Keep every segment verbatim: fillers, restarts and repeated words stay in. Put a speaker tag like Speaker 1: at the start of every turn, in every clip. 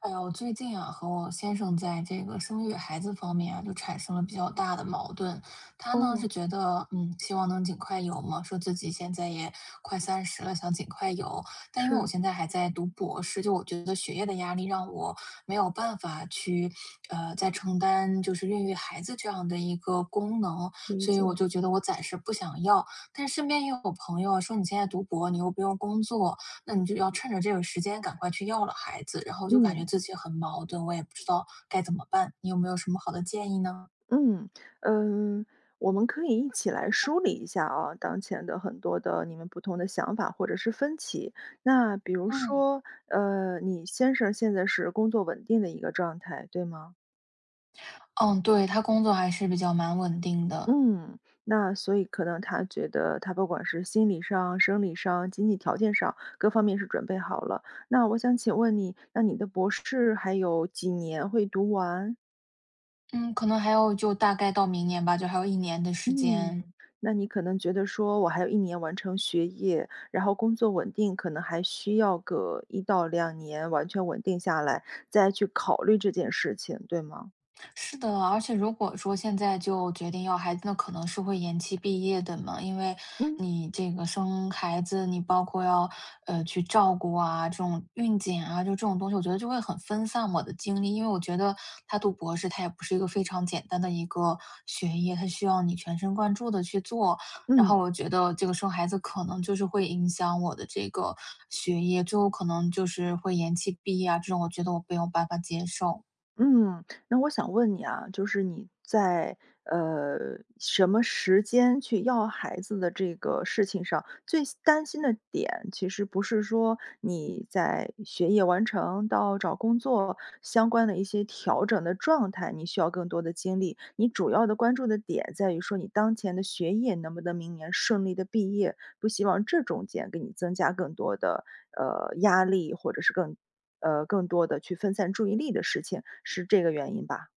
Speaker 1: 哎呀，我最近啊，和我先生在这个生育孩子方面啊，就产生了比较大的矛盾。他呢
Speaker 2: 哦，
Speaker 1: 是觉得，嗯，希望能尽快有嘛，说自己现在也快三十了，想尽快有。但因为我
Speaker 2: 是，
Speaker 1: 现在还在读博士，就我觉得学业的压力让我没有办法去，呃，再承担就是孕育孩子这样的一个功能，
Speaker 2: 理
Speaker 1: 所以我
Speaker 2: 解。
Speaker 1: 就觉得我暂时不想要。但身边也有朋友啊说，你现在读博，你又不用工作，那你就要趁着这个时间赶快去要了孩子，然后就感觉
Speaker 2: 嗯，
Speaker 1: 自己很矛盾，我也不知道该怎么办，你有没有什么好的建议呢？
Speaker 2: 嗯，嗯，我们可以一起来梳理一下啊，当前的很多的你们不同的想法或者是分歧。那比如
Speaker 1: 嗯，
Speaker 2: 说，呃，你先生现在是工作稳定的一个状态，对吗？
Speaker 1: 嗯，对，他工作还是比较蛮稳定的。
Speaker 2: 嗯，那所以可能他觉得他不管是心理上、生理上、经济条件上各方面是准备好了。那我想请问你，那你的博士还有几年会读完？
Speaker 1: 嗯，可能还有就大概到明年吧，就还有一年的时间。
Speaker 2: 嗯，那你可能觉得说我还有一年完成学业，然后工作稳定，可能还需要个一到两年完全稳定下来，再去考虑这件事情，对吗？
Speaker 1: 是的，而且如果说现在就决定要孩子，那可能是会延期毕业的嘛，因为
Speaker 2: 嗯，
Speaker 1: 你这个生孩子，你包括要呃去照顾啊，这种孕检啊，就这种东西，我觉得就会很分散我的精力，因为我觉得他读博士，他也不是一个非常简单的一个学业，他需要你全神贯注的去做。然
Speaker 2: 嗯。
Speaker 1: 后我觉得这个生孩子可能就是会影响我的这个学业，最后可能就是会延期毕业啊，这种我觉得我没有办法接受。
Speaker 2: 嗯，那我想问你啊，就是你在呃什么时间去要孩子的这个事情上，最担心的点其实不是说你在学业完成到找工作相关的一些调整的状态，你需要更多的精力。你主要的关注的点在于说你当前的学业能不能明年顺利的毕业，不希望这中间给你增加更多的呃压力，或者是更呃，更多的去分散注意力的事情，是这个原因吧？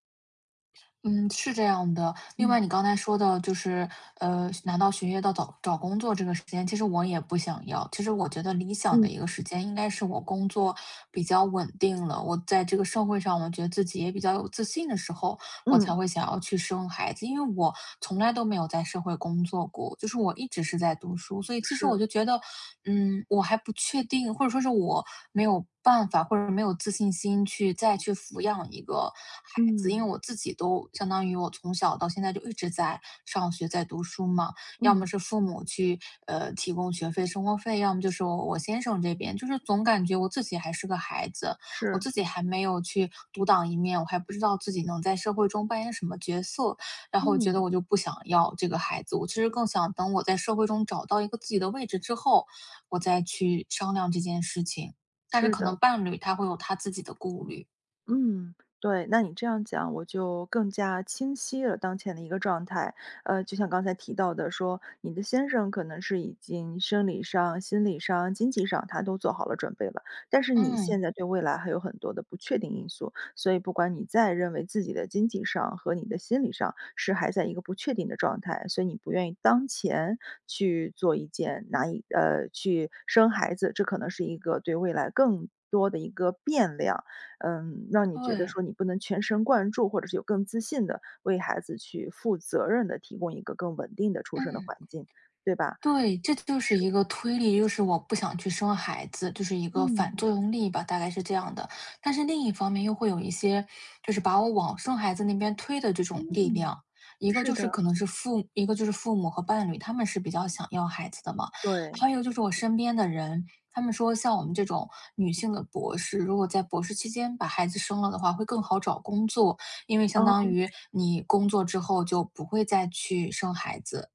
Speaker 1: 嗯，是这样的。另
Speaker 2: 嗯，
Speaker 1: 外，你刚才说的就是，呃，拿到学业到找找工作这个时间，其实我也不想要。其实我觉得理想
Speaker 2: 嗯。
Speaker 1: 的一个时间，应该是我工作比较稳定了，我在这个社会上，我觉得自己也比较有自信的时候，我
Speaker 2: 嗯，
Speaker 1: 才会想要去生孩子。因为我从来都没有在社会工作过，就是我一直是在读书，所以其实我
Speaker 2: 是，
Speaker 1: 就觉得，嗯，我还不确定，或者说是我没有办法，或者没有自信心去再去抚养一个孩子，因
Speaker 2: 嗯，
Speaker 1: 为我自己都相当于我从小到现在就一直在上学，在读书嘛，要么
Speaker 2: 嗯，
Speaker 1: 是父母去呃提供学费、生活费，要么就是我我先生这边，就是总感觉我自己还是个孩子，我
Speaker 2: 是，
Speaker 1: 自己还没有去独当一面，我还不知道自己能在社会中扮演什么角色，然后我觉得
Speaker 2: 嗯，
Speaker 1: 我就不想要这个孩子，我其实更想等我在社会中找到一个自己的位置之后，我再去商量这件事情。但是
Speaker 2: 是
Speaker 1: 可能
Speaker 2: 的。
Speaker 1: 伴侣他会有他自己的顾虑。
Speaker 2: 嗯，对，那你这样讲，我就更加清晰了当前的一个状态。呃，就像刚才提到的说，你的先生可能是已经生理上、心理上、经济上，他都做好了准备了，但是你现
Speaker 1: 嗯，
Speaker 2: 在对未来还有很多的不确定因素，所以不管你再认为自己的经济上和你的心理上是还在一个不确定的状态，所以你不愿意当前去做一件难以呃去生孩子，这可能是一个对未来更多的一个变量。嗯，让你觉得
Speaker 1: 对，
Speaker 2: 说你不能全神贯注，或者是有更自信的为孩子去负责任的提供一个更稳定的出生的
Speaker 1: 嗯。
Speaker 2: 环境，对吧？
Speaker 1: 对，这就是
Speaker 2: 是。
Speaker 1: 一个推力，就是我不想去生孩子，就是一个反
Speaker 2: 嗯，
Speaker 1: 作用力吧，大概是这样的。但是另一方面又会有一些，就是把我往生孩子那边推的这种力
Speaker 2: 嗯，
Speaker 1: 量。一个
Speaker 2: 是
Speaker 1: 就是
Speaker 2: 的，
Speaker 1: 可能是父一个就是父母和伴侣，他们是比较想要孩子的嘛。
Speaker 2: 对，
Speaker 1: 还有一个就是我身边的人，他们说像我们这种女性的博士，如果在博士期间把孩子生了的话，会更好找工作，因为相当
Speaker 2: 哦，
Speaker 1: 于你工作之后就不会再去生孩子。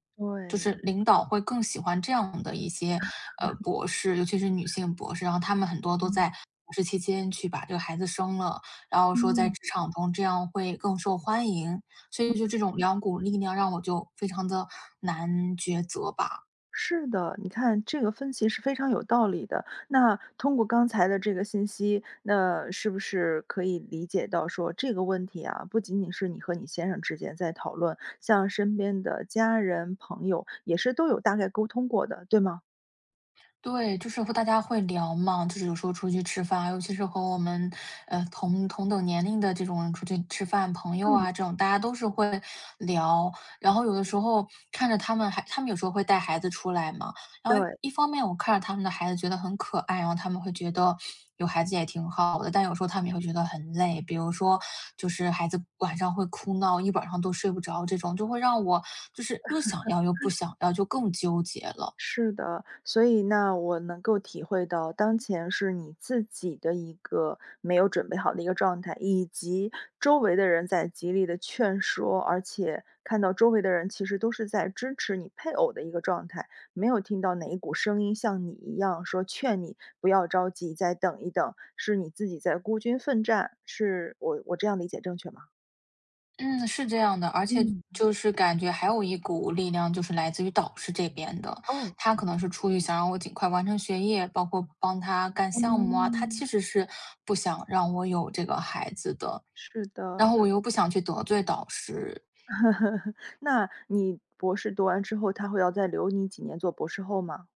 Speaker 1: 就是
Speaker 2: 对。
Speaker 1: 领导会更喜欢这样的一些，呃，博士，尤其是女性博士，然后他们很多都
Speaker 2: 嗯，
Speaker 1: 在博士期间去把这个孩子生了，然后说在
Speaker 2: 嗯。
Speaker 1: 职场中这样会更受欢迎。所以就这种两股力量让我就非常的难抉择吧。
Speaker 2: 是的，你看这个分析是非常有道理的。那通过刚才的这个信息，那是不是可以理解到说这个问题啊，不仅仅是你和你先生之间在讨论，像身边的家人、朋友也是都有大概沟通过的，对吗？
Speaker 1: 对，就是和大家会聊嘛，就是有时候出去吃饭，尤其是和我们呃同同等年龄的这种人出去吃饭，朋友
Speaker 2: 嗯。
Speaker 1: 啊这种，大家都是会聊。然后有的时候看着他们还，他们有时候会带孩子出来嘛。然后
Speaker 2: 对。
Speaker 1: 一方面我看着他们的孩子觉得很可爱，然后他们会觉得有孩子也挺好的，但有时候他们也会觉得很累，比如说就是孩子晚上会哭闹，一晚上都睡不着，这种就会让我就是又想要又不想要，就更纠结了。
Speaker 2: 是的，所以那我能够体会到，当前是你自己的一个没有准备好的一个状态，以及周围的人在极力的劝说，而且看到周围的人其实都是在支持你配偶的一个状态，没有听到哪一股声音像你一样说劝你不要着急，再等一等，是你自己在孤军奋战，是我我这样理解正确吗？
Speaker 1: 嗯，是这样的，而且
Speaker 2: 嗯，
Speaker 1: 就是感觉还有一股力量，就是来自于导师这边的。
Speaker 2: 哦，
Speaker 1: 他可能是出于想让我尽快完成学业，包括帮他干项目啊，他
Speaker 2: 嗯。
Speaker 1: 其实是不想让我有这个孩子的。
Speaker 2: 是
Speaker 1: 然
Speaker 2: 的。
Speaker 1: 后我又不想去得罪导师。
Speaker 2: 呵呵呵，那你博士读完之后，他会要再留你几年做博士后吗？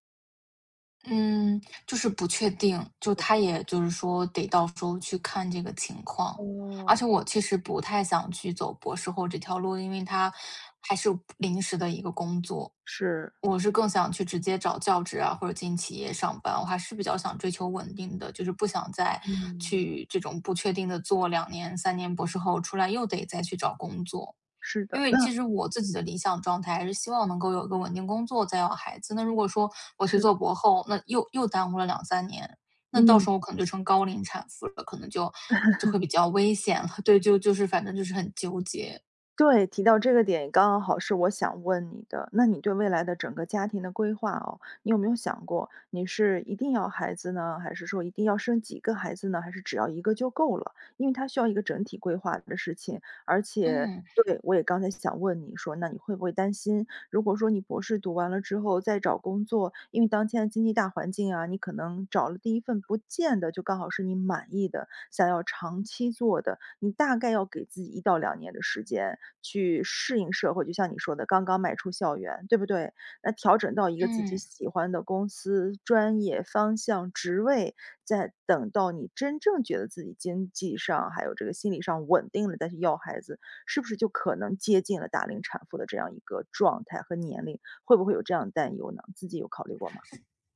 Speaker 1: 嗯，就是不确定，就
Speaker 2: 也不
Speaker 1: 他也就是说得到时候去看这个情况。而且
Speaker 2: 哦。
Speaker 1: 我其实不太想去走博士后这条路，因为他还是临时的一个工作。
Speaker 2: 是，
Speaker 1: 我是更想去直接找教职啊，或者进企业上班，我还是比较想追求稳定的，就是不想再
Speaker 2: 嗯。
Speaker 1: 去这种不确定的做两年、三年博士后出来又得再去找工作。
Speaker 2: 是
Speaker 1: 因
Speaker 2: 的，
Speaker 1: 为
Speaker 2: 那
Speaker 1: 其实我自己的理想状态还是希望能够有一个稳定工作，再要孩子。那如果说我去
Speaker 2: 是
Speaker 1: 做博后，那又又耽误了两三年，那到
Speaker 2: 嗯，
Speaker 1: 时候我可能就成高龄产妇了，可能就就会比较危险了。对，就就是反正就是很纠结。
Speaker 2: 对，提到这个点刚刚好是我想问你的。那你对未来的整个家庭的规划哦，你有没有想过，你是一定要孩子呢？还是说一定要生几个孩子呢？还是只要一个就够了？因为他需要一个整体规划的事情，而且
Speaker 1: 嗯，
Speaker 2: 对，我也刚才想问你说，那你会不会担心如果说你博士读完了之后再找工作，因为当前的经济大环境啊，你可能找了第一份不见得就刚好是你满意的，想要长期做的，你大概要给自己一到两年的时间去适应社会。就像你说的，刚刚迈出校园，对不对？那调整到一个自己
Speaker 1: 嗯。
Speaker 2: 喜欢的公司、专业方向、职位，再等到你真正觉得自己经济上还有这个心理上稳定了，再去要孩子。是不是就可能接近了大龄产妇的这样一个状态和年龄？会不会有这样的担忧呢？自己有考虑过吗？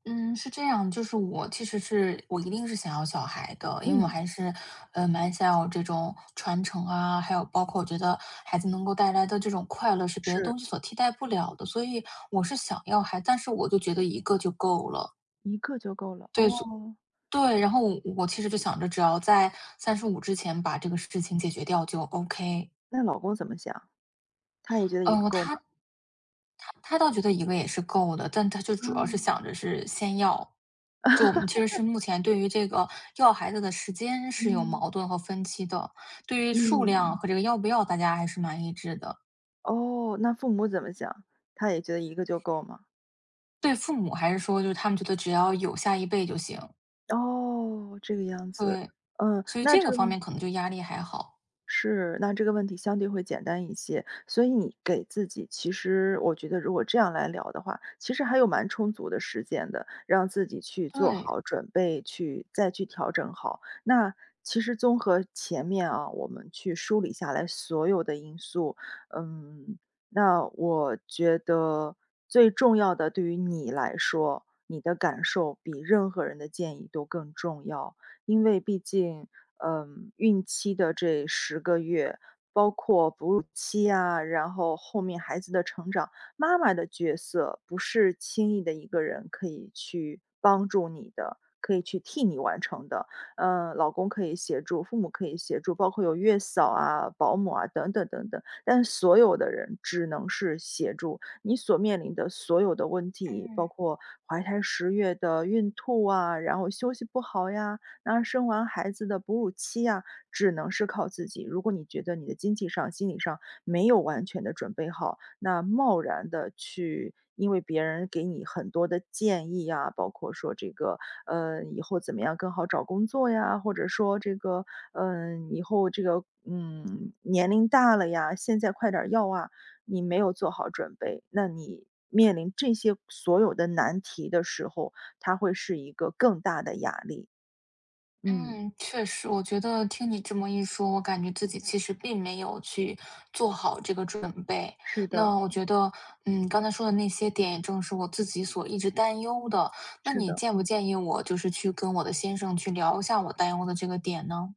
Speaker 1: 嗯，是这样，就是我其实是我一定是想要小孩的，因为我
Speaker 2: 嗯，
Speaker 1: 还是，呃，蛮想要这种传承啊，还有包括我觉得孩子能够带来的这种快乐是别的
Speaker 2: 是。
Speaker 1: 东西所替代不了的，所以我是想要孩但是我就觉得一个就够了。
Speaker 2: 一个就够了，
Speaker 1: 对，所
Speaker 2: 哦，
Speaker 1: 对，然后我我其实就想着只要在三十五之前把这个事情解决掉就 OK。
Speaker 2: 那老公怎么想？他也觉得一个
Speaker 1: 呃，
Speaker 2: 够吗？
Speaker 1: 他他倒觉得一个也是够的，但他就
Speaker 2: 啊，
Speaker 1: 主要是想着是先要。就我们其实是目前对于这个要孩子的时间是有
Speaker 2: 嗯，
Speaker 1: 矛盾和分歧的，对于数量
Speaker 2: 嗯，
Speaker 1: 和这个要不要，大家还是蛮一致的。
Speaker 2: 哦，那父母怎么想？他也觉得一个就够吗？
Speaker 1: 对父母还是说，就是他们觉得只要有下一辈就行。
Speaker 2: 哦，这个样子，
Speaker 1: 对，
Speaker 2: 嗯，
Speaker 1: 所以
Speaker 2: 那
Speaker 1: 这
Speaker 2: 这
Speaker 1: 个
Speaker 2: 个
Speaker 1: 方面可能就压力还好。
Speaker 2: 是，那这个问题相对会简单一些，所以你给自己，其实我觉得如果这样来聊的话，其实还有蛮充足的时间的，让自己去做
Speaker 1: 对，
Speaker 2: 好准备，去再去调整好。那其实综合前面啊，我们去梳理下来所有的因素，嗯，那我觉得最重要的，对于你来说，你的感受比任何人的建议都更重要。因为毕竟，嗯，孕期的这十个月，包括哺乳期啊，然后后面孩子的成长，妈妈的角色不是轻易的一个人可以去帮助你的，可以去替你完成的。嗯，老公可以协助，父母可以协助，包括有月嫂啊、保姆啊等等等等，但所有的人只能是协助。你所面临的所有的问题，包
Speaker 1: 嗯。
Speaker 2: 括怀胎十月的孕吐啊，然后休息不好呀，然而生完孩子的哺乳期呀，只能是靠自己。如果你觉得你的经济上、心理上没有完全的准备好，那贸然的去因为别人给你很多的建议呀，包括说这个，呃，以后怎么样更好找工作呀，或者说这个，嗯，以后这个，嗯，年龄大了呀，现在快点儿要啊，你没有做好准备，那你面临这些所有的难题的时候，它会是一个更大的压力，嗯。
Speaker 1: 嗯，确实，我觉得听你这么一说，我感觉自己其实并没有去做好这个准备。
Speaker 2: 是
Speaker 1: 那
Speaker 2: 的，
Speaker 1: 我觉得，嗯，刚才说的那些点，也正是我自己所一直担忧的。那
Speaker 2: 是
Speaker 1: 你
Speaker 2: 的，
Speaker 1: 建不建议我，就是去跟我的先生去聊一下我担忧的这个点呢？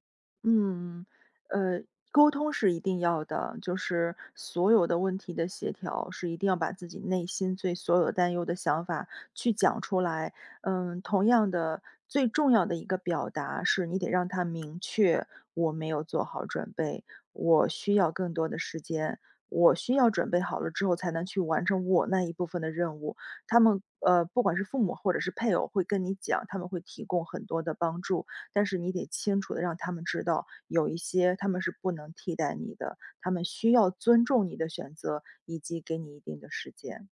Speaker 2: 嗯，呃，沟通是一定要的，就是所有的问题的协调是一定要把自己内心最所有担忧的想法去讲出来。嗯，同样的，最重要的一个表达是你得让他明确，我没有做好准备，我需要更多的时间。我需要准备好了之后，才能去完成我那一部分的任务。他们呃，不管是父母或者是配偶，会跟你讲，他们会提供很多的帮助，但是你得清楚的让他们知道，有一些他们是不能替代你的，他们需要尊重你的选择，以及给你一定的时间，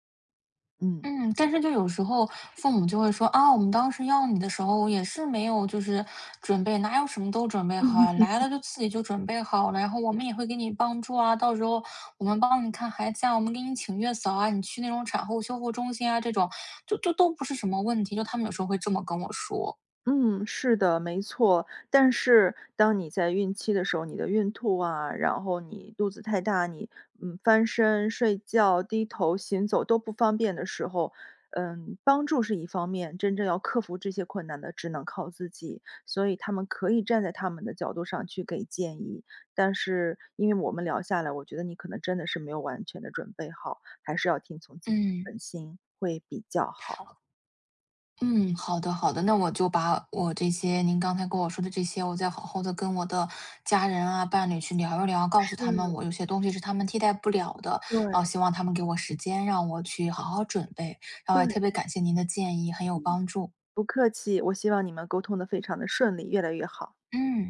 Speaker 2: 嗯。
Speaker 1: 嗯，但是就有时候父母就会说：“啊，我们当时要你的时候也是没有就是准备，哪有什么都准备好啊，来了就自己就准备好了，然后我们也会给你帮助啊，到时候我们帮你看孩子啊，我们给你请月嫂啊，你去那种产后修复中心啊，这种就就都不是什么问题。”就他们有时候会这么跟我说。
Speaker 2: 嗯，是的，没错。但是当你在孕期的时候，你的孕吐啊，然后你肚子太大，你嗯翻身、睡觉、低头、行走都不方便的时候，嗯，帮助是一方面，真正要克服这些困难的，只能靠自己。所以他们可以站在他们的角度上去给建议，但是因为我们聊下来，我觉得你可能真的是没有完全的准备好，还是要听从自己的
Speaker 1: 嗯。
Speaker 2: 本心会比较好。
Speaker 1: 嗯，好的好的，那我就把我这些您刚才跟我说的这些，我再好好的跟我的家人啊、伴侣去聊一聊，告诉他们
Speaker 2: 是，
Speaker 1: 我有些东西是他们替代不了的，然后
Speaker 2: 对
Speaker 1: 希望他们给我时间，让我去好好准备。然后也
Speaker 2: 对，
Speaker 1: 特别感谢您的建议，很有
Speaker 2: 嗯。
Speaker 1: 帮助。
Speaker 2: 不客气，我希望你们沟通的非常的顺利，越来越好。
Speaker 1: 嗯。